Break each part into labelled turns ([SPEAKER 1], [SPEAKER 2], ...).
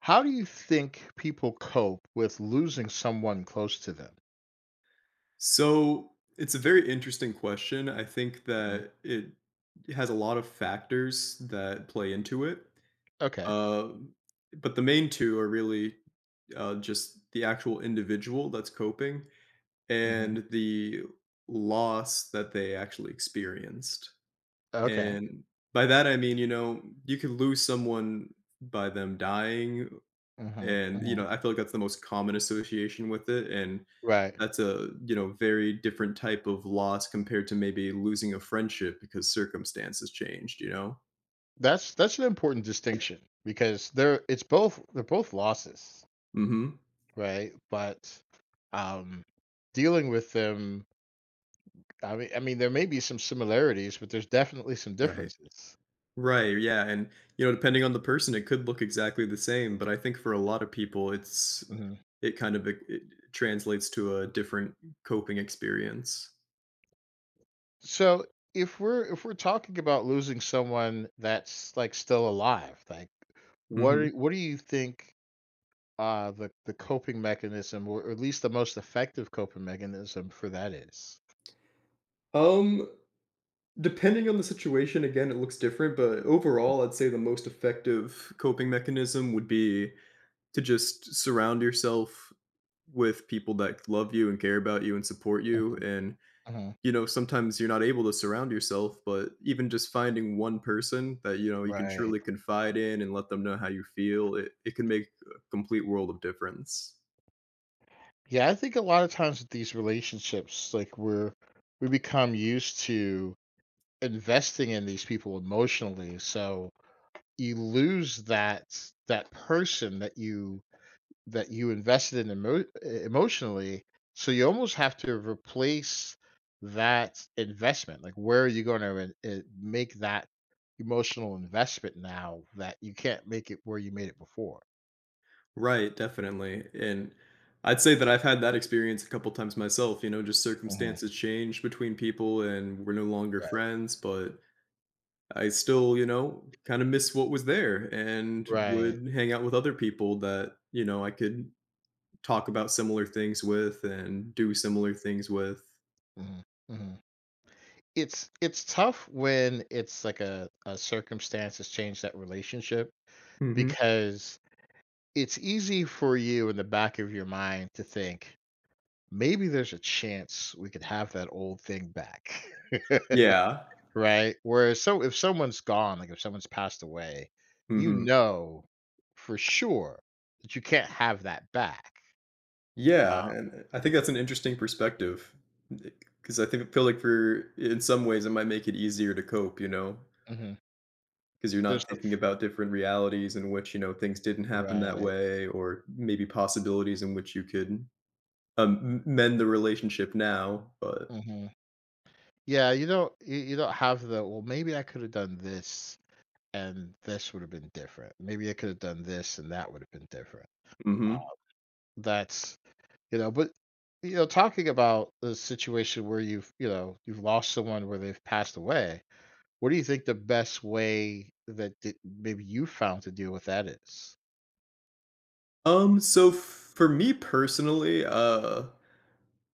[SPEAKER 1] How do you think people cope with losing someone close to them?
[SPEAKER 2] So it's a very interesting question. I think
[SPEAKER 1] Mhm.
[SPEAKER 2] that it has a lot of factors that play into it.
[SPEAKER 1] Okay.
[SPEAKER 2] Um, but the main two are really just the actual individual that's coping
[SPEAKER 1] Mhm.
[SPEAKER 2] and the loss that they actually experienced.
[SPEAKER 1] Okay.
[SPEAKER 2] And by that, I mean, you could lose someone by them dying,
[SPEAKER 1] Mhm, mhm.
[SPEAKER 2] I feel like that's the most common association with it, and
[SPEAKER 1] Right.
[SPEAKER 2] that's a, very different type of loss compared to maybe losing a friendship because circumstances changed, you know?
[SPEAKER 1] That's an important distinction because they're it's both they're both losses,
[SPEAKER 2] Mhm.
[SPEAKER 1] right? But, um, dealing with them there may be some similarities, but there's definitely some
[SPEAKER 2] Right.
[SPEAKER 1] differences.
[SPEAKER 2] Right, yeah, depending on the person, it could look exactly the same, but I think for a lot of people, it's
[SPEAKER 1] Mhm.
[SPEAKER 2] it kind of, it translates to a different coping experience.
[SPEAKER 1] So, if we're talking about losing someone that's, like, still alive, like,
[SPEAKER 2] Mhm.
[SPEAKER 1] what do you think the coping mechanism, or at least the most effective coping mechanism for that is.
[SPEAKER 2] Um Depending on the situation, again, it looks different, but overall, I'd say the most effective coping mechanism would be to just surround yourself with people that love you and care about you and support you.
[SPEAKER 1] Mhm.
[SPEAKER 2] Sometimes you're not able to surround yourself, but even just finding one person that, you can
[SPEAKER 1] Right.
[SPEAKER 2] truly confide in and let them know how you feel, it can make a complete world of difference.
[SPEAKER 1] Yeah, I think a lot of times with these relationships, we become used to investing in these people emotionally, so you lose that person that you invested in emotionally. So you almost have to replace that investment. Like, where are you going to make that emotional investment now that you can't make it where you made it before?
[SPEAKER 2] Right, definitely, and I'd say that I've had that experience a couple times myself, just
[SPEAKER 1] Hmm.
[SPEAKER 2] circumstances change between people and we're no longer
[SPEAKER 1] Right.
[SPEAKER 2] friends, but I still, kinda miss what was there and
[SPEAKER 1] Right.
[SPEAKER 2] would hang out with other people that, I could talk about similar things with and do similar things with.
[SPEAKER 1] Hmm. Hmm. It's tough when it's like a circumstance has changed that relationship
[SPEAKER 2] Mhm.
[SPEAKER 1] because it's easy for you in the back of your mind to think maybe there's a chance we could have that old thing back.
[SPEAKER 2] Yeah.
[SPEAKER 1] Right? Whereas so if someone's gone, like, if someone's passed away, you
[SPEAKER 2] Mhm.
[SPEAKER 1] know for sure that you can't have that back.
[SPEAKER 2] Yeah,
[SPEAKER 1] Uh.
[SPEAKER 2] and I think that's an interesting perspective, because I think feel like for in some ways, it might make it easier to cope, you know?
[SPEAKER 1] Mhm.
[SPEAKER 2] 'Cause you're
[SPEAKER 1] There's
[SPEAKER 2] not
[SPEAKER 1] a
[SPEAKER 2] thinking about different realities in which, things didn't happen that
[SPEAKER 1] right.
[SPEAKER 2] way or maybe possibilities in which you could, m mend the relationship now, but
[SPEAKER 1] Mhm. Yeah, you don't have the, "Well, maybe I could have done this, and this would have been different. Maybe I could have done this, and that would have been different." Uh,
[SPEAKER 2] Mhm.
[SPEAKER 1] that's you know, but, you know, talking about the situation where you've lost someone where they've passed away. What do you think the best way that maybe you found to deal with that is?
[SPEAKER 2] So for me personally,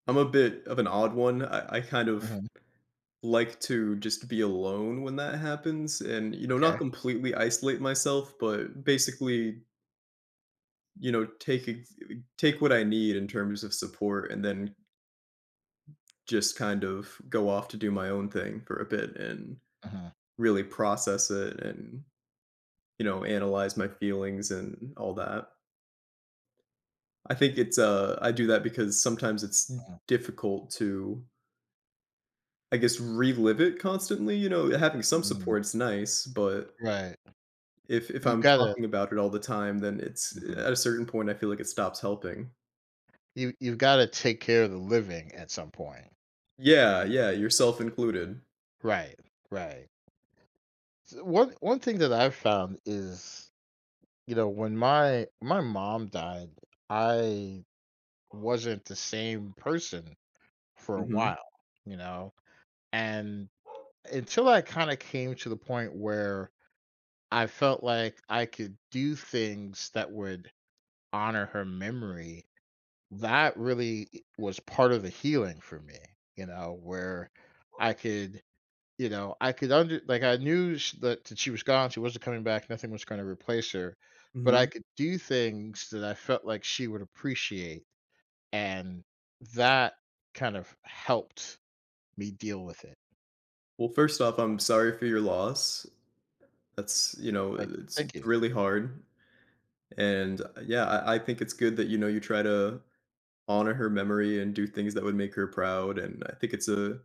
[SPEAKER 2] I'm a bit of an odd one. I kind of
[SPEAKER 1] Mhm.
[SPEAKER 2] like to just be alone when that happens and,
[SPEAKER 1] Okay.
[SPEAKER 2] not completely isolate myself, but basically, you know, take ex take what I need in terms of support and then just kind of go off to do my own thing for a bit and
[SPEAKER 1] Uh-huh.
[SPEAKER 2] really process it and analyze my feelings and all that. I think it's I do that because sometimes it's
[SPEAKER 1] Uh-huh.
[SPEAKER 2] difficult to, I guess, relive it constantly. Having some
[SPEAKER 1] Mhm.
[SPEAKER 2] support's nice, but
[SPEAKER 1] Right.
[SPEAKER 2] if
[SPEAKER 1] You
[SPEAKER 2] I'm
[SPEAKER 1] gotta.
[SPEAKER 2] talking about it all the time, then it's
[SPEAKER 1] Mhm.
[SPEAKER 2] at a certain point I feel like it stops helping.
[SPEAKER 1] You've gotta take care of the living at some point.
[SPEAKER 2] Yeah, yeah, yourself included.
[SPEAKER 1] Right, right. S One thing that I've found is, you know, when my mom died, I wasn't the same person for a
[SPEAKER 2] Hmm.
[SPEAKER 1] while, you know? And until I kinda came to the point where I felt like I could do things that would honor her memory. That really was part of the healing for me, you know, where I could, you know, I could under like I knew that she was gone, she wasn't coming back, nothing was going to replace her, but I
[SPEAKER 2] Hmm.
[SPEAKER 1] could do things that I felt like she would appreciate, and that kind of helped me deal with it.
[SPEAKER 2] Well, first off, I'm sorry for your loss.
[SPEAKER 1] Like,
[SPEAKER 2] It's
[SPEAKER 1] thank you.
[SPEAKER 2] really hard, and, yeah, I think it's good that, you try to honor her memory and do things that would make her proud, and I think it's a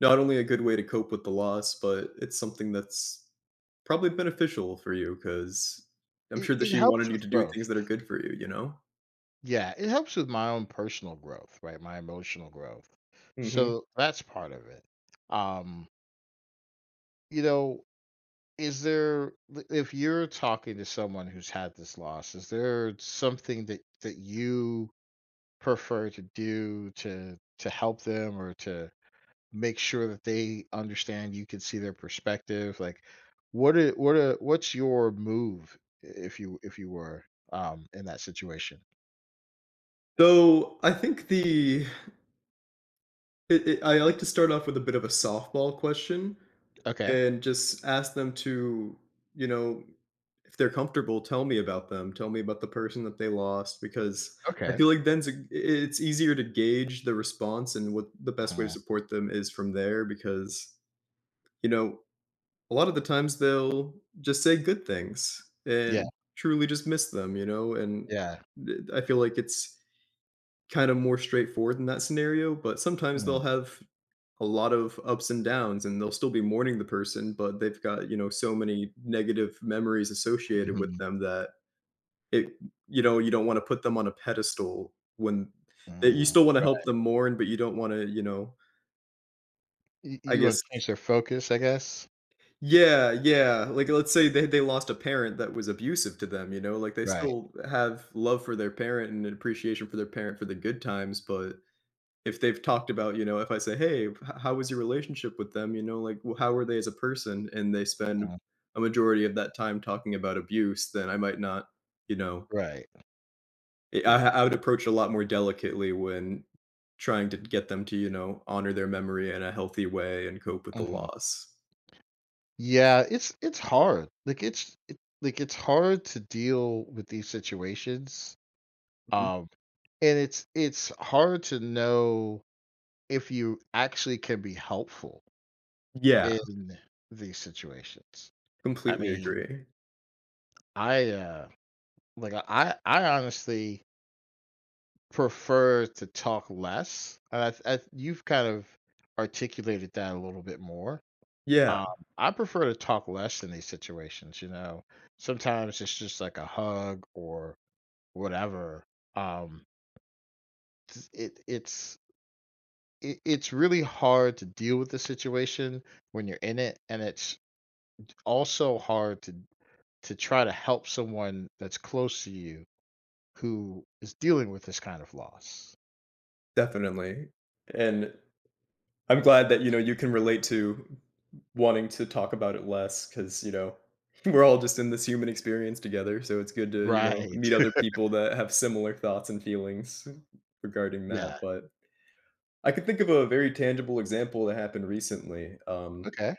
[SPEAKER 2] not only a good way to cope with the loss, but it's something that's probably beneficial for you because 'cause I'm
[SPEAKER 1] It,
[SPEAKER 2] sure that
[SPEAKER 1] it
[SPEAKER 2] she wanted
[SPEAKER 1] helps
[SPEAKER 2] you
[SPEAKER 1] with
[SPEAKER 2] to do things
[SPEAKER 1] growth.
[SPEAKER 2] that are good for you, you know?
[SPEAKER 1] Yeah, it helps with my own personal growth, right? My emotional growth.
[SPEAKER 2] Mhm.
[SPEAKER 1] So that's part of it. Um, you know, is there if you're talking to someone who's had this loss, is there something that you prefer to do to help them or to make sure that they understand you can see their perspective? Like what are, what's your move if you were in that situation?
[SPEAKER 2] So, I think the it it I like to start off with a bit of a softball question.
[SPEAKER 1] Okay.
[SPEAKER 2] And just ask them to, you know, if they're comfortable, tell me about them. Tell me about the person that they lost, because I
[SPEAKER 1] Okay.
[SPEAKER 2] feel like then a I it's easier to gauge the response and what the best way to
[SPEAKER 1] Uh.
[SPEAKER 2] support them is from there because, you know, a lot of the times they'll just say good things and truly just miss them, and
[SPEAKER 1] Yeah.
[SPEAKER 2] th I feel like it's kind of more straightforward in that scenario, but sometimes
[SPEAKER 1] Mm,
[SPEAKER 2] they'll have a lot of ups and downs and they'll still be mourning the person, but they've got, so many negative memories associated with
[SPEAKER 1] mhm,
[SPEAKER 2] them that it you know you don't want to put them on a pedestal when that you
[SPEAKER 1] mm.
[SPEAKER 2] still want to help
[SPEAKER 1] Right.
[SPEAKER 2] them mourn, but you don't want to.
[SPEAKER 1] Y
[SPEAKER 2] I
[SPEAKER 1] you wanna
[SPEAKER 2] guess.
[SPEAKER 1] change their focus, I guess?
[SPEAKER 2] Yeah, yeah, like, let's say they, lost a parent that was abusive to them. Like, they
[SPEAKER 1] Right,
[SPEAKER 2] still have love for their parent and an appreciation for their parent for the good times, but if they've talked about, if I say, "Hey, h how was your relationship with them?" Like, "Well, how were they as a person?" and they spend
[SPEAKER 1] mhm,
[SPEAKER 2] a majority of that time talking about abuse, then I might not, you know
[SPEAKER 1] right,
[SPEAKER 2] I I
[SPEAKER 1] yeah,
[SPEAKER 2] I would approach it a lot more delicately when trying to get them to, honor their memory in a healthy way and cope with the
[SPEAKER 1] mhm.
[SPEAKER 2] loss.
[SPEAKER 1] Yeah, it's hard. Like, it's it like, it's hard to deal with these situations,
[SPEAKER 2] Mhm.
[SPEAKER 1] um, and it's hard to know if you actually can be helpful
[SPEAKER 2] Yeah,
[SPEAKER 1] in these situations. I
[SPEAKER 2] completely
[SPEAKER 1] mean,
[SPEAKER 2] agree.
[SPEAKER 1] I, uh like, I honestly prefer to talk less. And you've kind of articulated that a little bit more.
[SPEAKER 2] Yeah,
[SPEAKER 1] Um, I prefer to talk less in these situations. You know, sometimes it's just like a hug or whatever. Um, it's it's really hard to deal with the situation when you're in it, and it's also hard to try to help someone that's close to you who is dealing with this kind of loss.
[SPEAKER 2] definitely, and I'm glad that, you can relate to wanting to talk about it less, because we're all just in this human experience together, so it's good to,
[SPEAKER 1] Right.
[SPEAKER 2] meet other people that have similar thoughts and feelings regarding
[SPEAKER 1] Yeah.
[SPEAKER 2] that. But I could think of a very tangible example that happened recently.
[SPEAKER 1] Okay.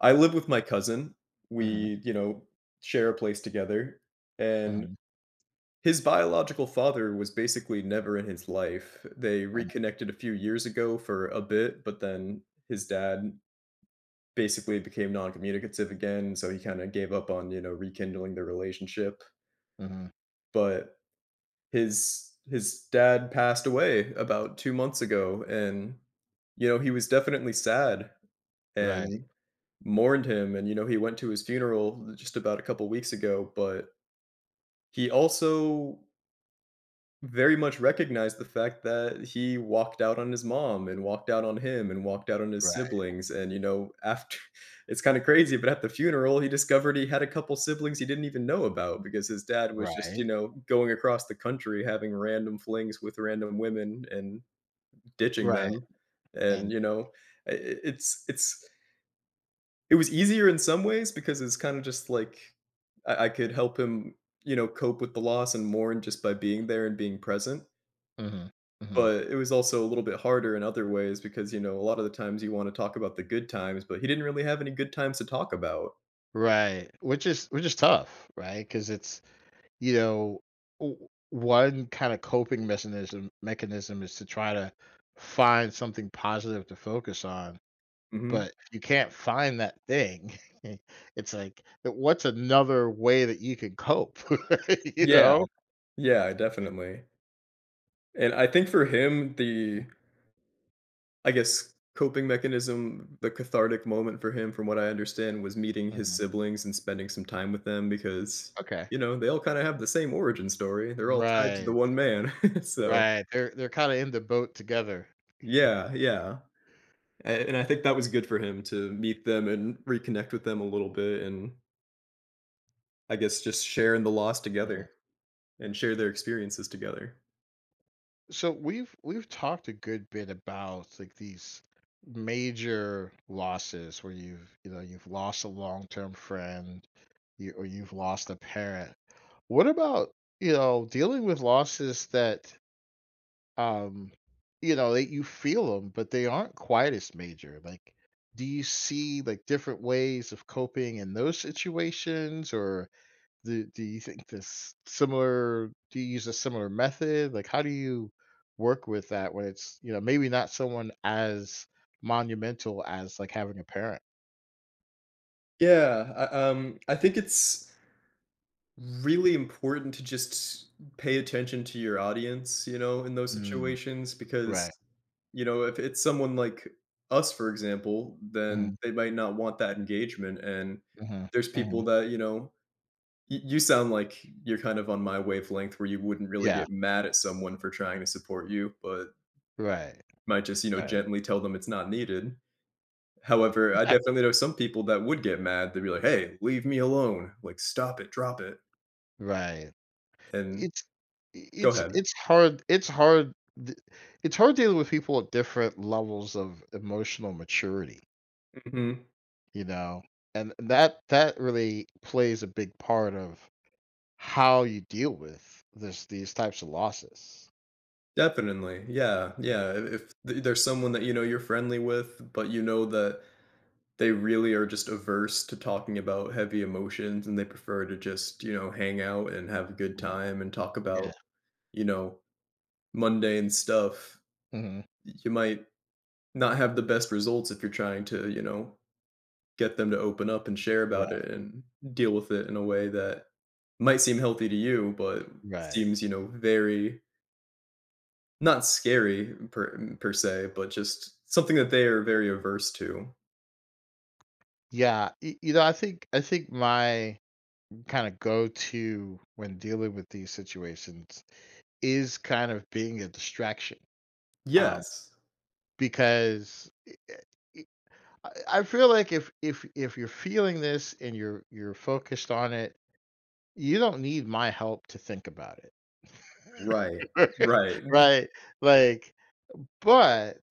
[SPEAKER 2] I live with my cousin.
[SPEAKER 1] Mhm.
[SPEAKER 2] We, share a place together, and
[SPEAKER 1] Mhm,
[SPEAKER 2] his biological father was basically never in his life. They
[SPEAKER 1] mhm,
[SPEAKER 2] reconnected a few years ago for a bit, but then his dad basically became non-communicative again, so he kinda gave up on, rekindling the relationship,
[SPEAKER 1] mhm.
[SPEAKER 2] but his dad passed away about 2 months ago, and, you know, he was definitely sad
[SPEAKER 1] Right,
[SPEAKER 2] and mourned him, and, he went to his funeral just about a couple weeks ago, but he also very much recognized the fact that he walked out on his mom, and walked out on him, and walked out on his
[SPEAKER 1] right,
[SPEAKER 2] siblings, and, after it's kinda crazy, but at the funeral, he discovered he had a couple siblings he didn't even know about because his dad was just,
[SPEAKER 1] right,
[SPEAKER 2] going across the country, having random flings with random women and ditching
[SPEAKER 1] right,
[SPEAKER 2] them,
[SPEAKER 1] and
[SPEAKER 2] and, you know, I it's it was easier in some ways because it's kinda just like I could help him, cope with the loss and mourn, just by being there and being present,
[SPEAKER 1] mhm, mhm.
[SPEAKER 2] but it was also a little bit harder in other ways because, a lot of the times you wanna talk about the good times, but he didn't really have any good times to talk about.
[SPEAKER 1] Right, which is tough, right? Because it's, you know, one kinda coping mechanism mechanism is to try to find something positive to focus on,
[SPEAKER 2] Mhm.
[SPEAKER 1] but if you can't find that thing, it's like, what's another way that you can cope, you
[SPEAKER 2] Yeah,
[SPEAKER 1] know?
[SPEAKER 2] yeah, definitely. And I think for him, I guess, coping mechanism, the cathartic moment for him, from what I understand, was meeting his
[SPEAKER 1] Mhm,
[SPEAKER 2] siblings and spending some time with them because,
[SPEAKER 1] okay.
[SPEAKER 2] they all kinda have the same origin story. They're all tied to the
[SPEAKER 1] Right,
[SPEAKER 2] one man. So
[SPEAKER 1] right, they're kinda in the boat together.
[SPEAKER 2] yeah, yeah. A and I think that was good for him to meet them and reconnect with them a little bit, and I guess just sharing the loss
[SPEAKER 1] Mhm.
[SPEAKER 2] together and share their experiences together.
[SPEAKER 1] So we've talked a good bit about like these major losses where you know you've lost a long-term friend or you've lost a parent. What about you know dealing with losses that um you know that you feel them but they aren't quite as major? Like do you see like different ways of coping in those situations or do you think this similar do you use a similar method? Like, how do you work with that when it's, you know, maybe not someone as monumental as, like, having a parent?
[SPEAKER 2] Yeah, I think it's really important to just pay attention to your audience, in those
[SPEAKER 1] Mm,
[SPEAKER 2] situations,
[SPEAKER 1] right.
[SPEAKER 2] because, if it's someone like us, for example,
[SPEAKER 1] Mhm,
[SPEAKER 2] then they might not want that engagement. And
[SPEAKER 1] mhm,
[SPEAKER 2] there's people
[SPEAKER 1] mhm.
[SPEAKER 2] that, you sound like you're kind of on my wavelength where you wouldn't really
[SPEAKER 1] Yeah,
[SPEAKER 2] get mad at someone for trying to support you, but
[SPEAKER 1] right,
[SPEAKER 2] might just,
[SPEAKER 1] right.
[SPEAKER 2] gently tell them it's not needed. However, I
[SPEAKER 1] Exactly.
[SPEAKER 2] definitely know some people that would get mad. They'd be like, "Hey, leave me alone. Like, stop it, drop it."
[SPEAKER 1] Right.
[SPEAKER 2] And
[SPEAKER 1] It's
[SPEAKER 2] go
[SPEAKER 1] it's
[SPEAKER 2] ahead.
[SPEAKER 1] it's hard it's hard th it's hard dealing with people at different levels of emotional maturity,
[SPEAKER 2] Mhm.
[SPEAKER 1] you know? And that really plays a big part of how you deal with this these types of losses.
[SPEAKER 2] Definitely. Yeah, yeah. If th there's someone that you know you're friendly with, but you know that they really are just averse to talking about heavy emotions and they prefer to just, hang out and have a good
[SPEAKER 1] Mhm.
[SPEAKER 2] time and talk
[SPEAKER 1] Yeah.
[SPEAKER 2] about, you know, mundane stuff,
[SPEAKER 1] Mhm.
[SPEAKER 2] you might not have the best results if you're trying to, get them to open up and share
[SPEAKER 1] Right,
[SPEAKER 2] about it and deal with it in a way that might seem healthy to you, but
[SPEAKER 1] right.
[SPEAKER 2] seems, very not scary per se, but just something that they are very averse to.
[SPEAKER 1] Yeah, y you know, I think my kinda go-to when dealing with these situations is kind of being a distraction, um,
[SPEAKER 2] Yes,
[SPEAKER 1] because I feel like if you're feeling this and you're focused on it, you don't need my help to think about it.
[SPEAKER 2] right, right.
[SPEAKER 1] Right? Like. But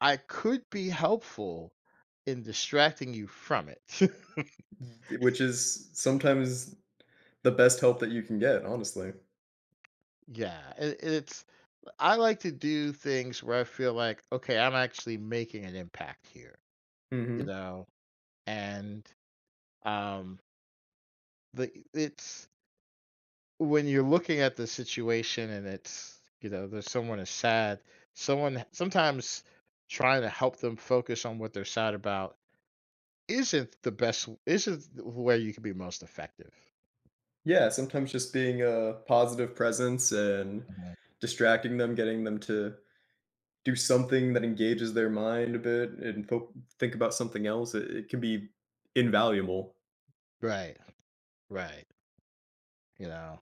[SPEAKER 1] I could be helpful in distracting you from it.
[SPEAKER 2] Which is sometimes the best help that you can get, honestly.
[SPEAKER 1] Yeah, it's I like to do things where I feel like, okay, I'm actually making an impact here, you
[SPEAKER 2] Hmm.
[SPEAKER 1] know? And um the it's when you're looking at the situation and it's, you know, there's someone is sad, someone sometimes trying to help them focus on what they're sad about isn't the best isn't where you can be most effective.
[SPEAKER 2] Yeah, sometimes just being a positive presence and
[SPEAKER 1] Mhm.
[SPEAKER 2] distracting them, getting them to do something that engages their mind a bit and think about something else, it can be invaluable.
[SPEAKER 1] Right. Right. You know,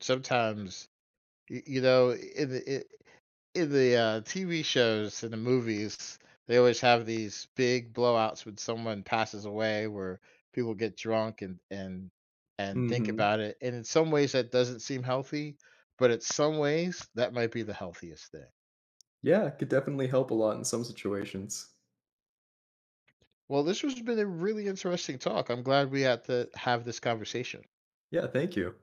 [SPEAKER 1] sometimes y- you know in the i- in the TV shows and the movies, they always have these big blowouts when someone passes away, where people get drunk and and think
[SPEAKER 2] Hmm.
[SPEAKER 1] about it. And in some ways, that doesn't seem healthy, but in some ways, that might be the healthiest thing.
[SPEAKER 2] Yeah, it could definitely help a lot in some situations.
[SPEAKER 1] Well, this has been a really interesting talk. I'm glad we had to have this conversation.
[SPEAKER 2] Yeah, thank you.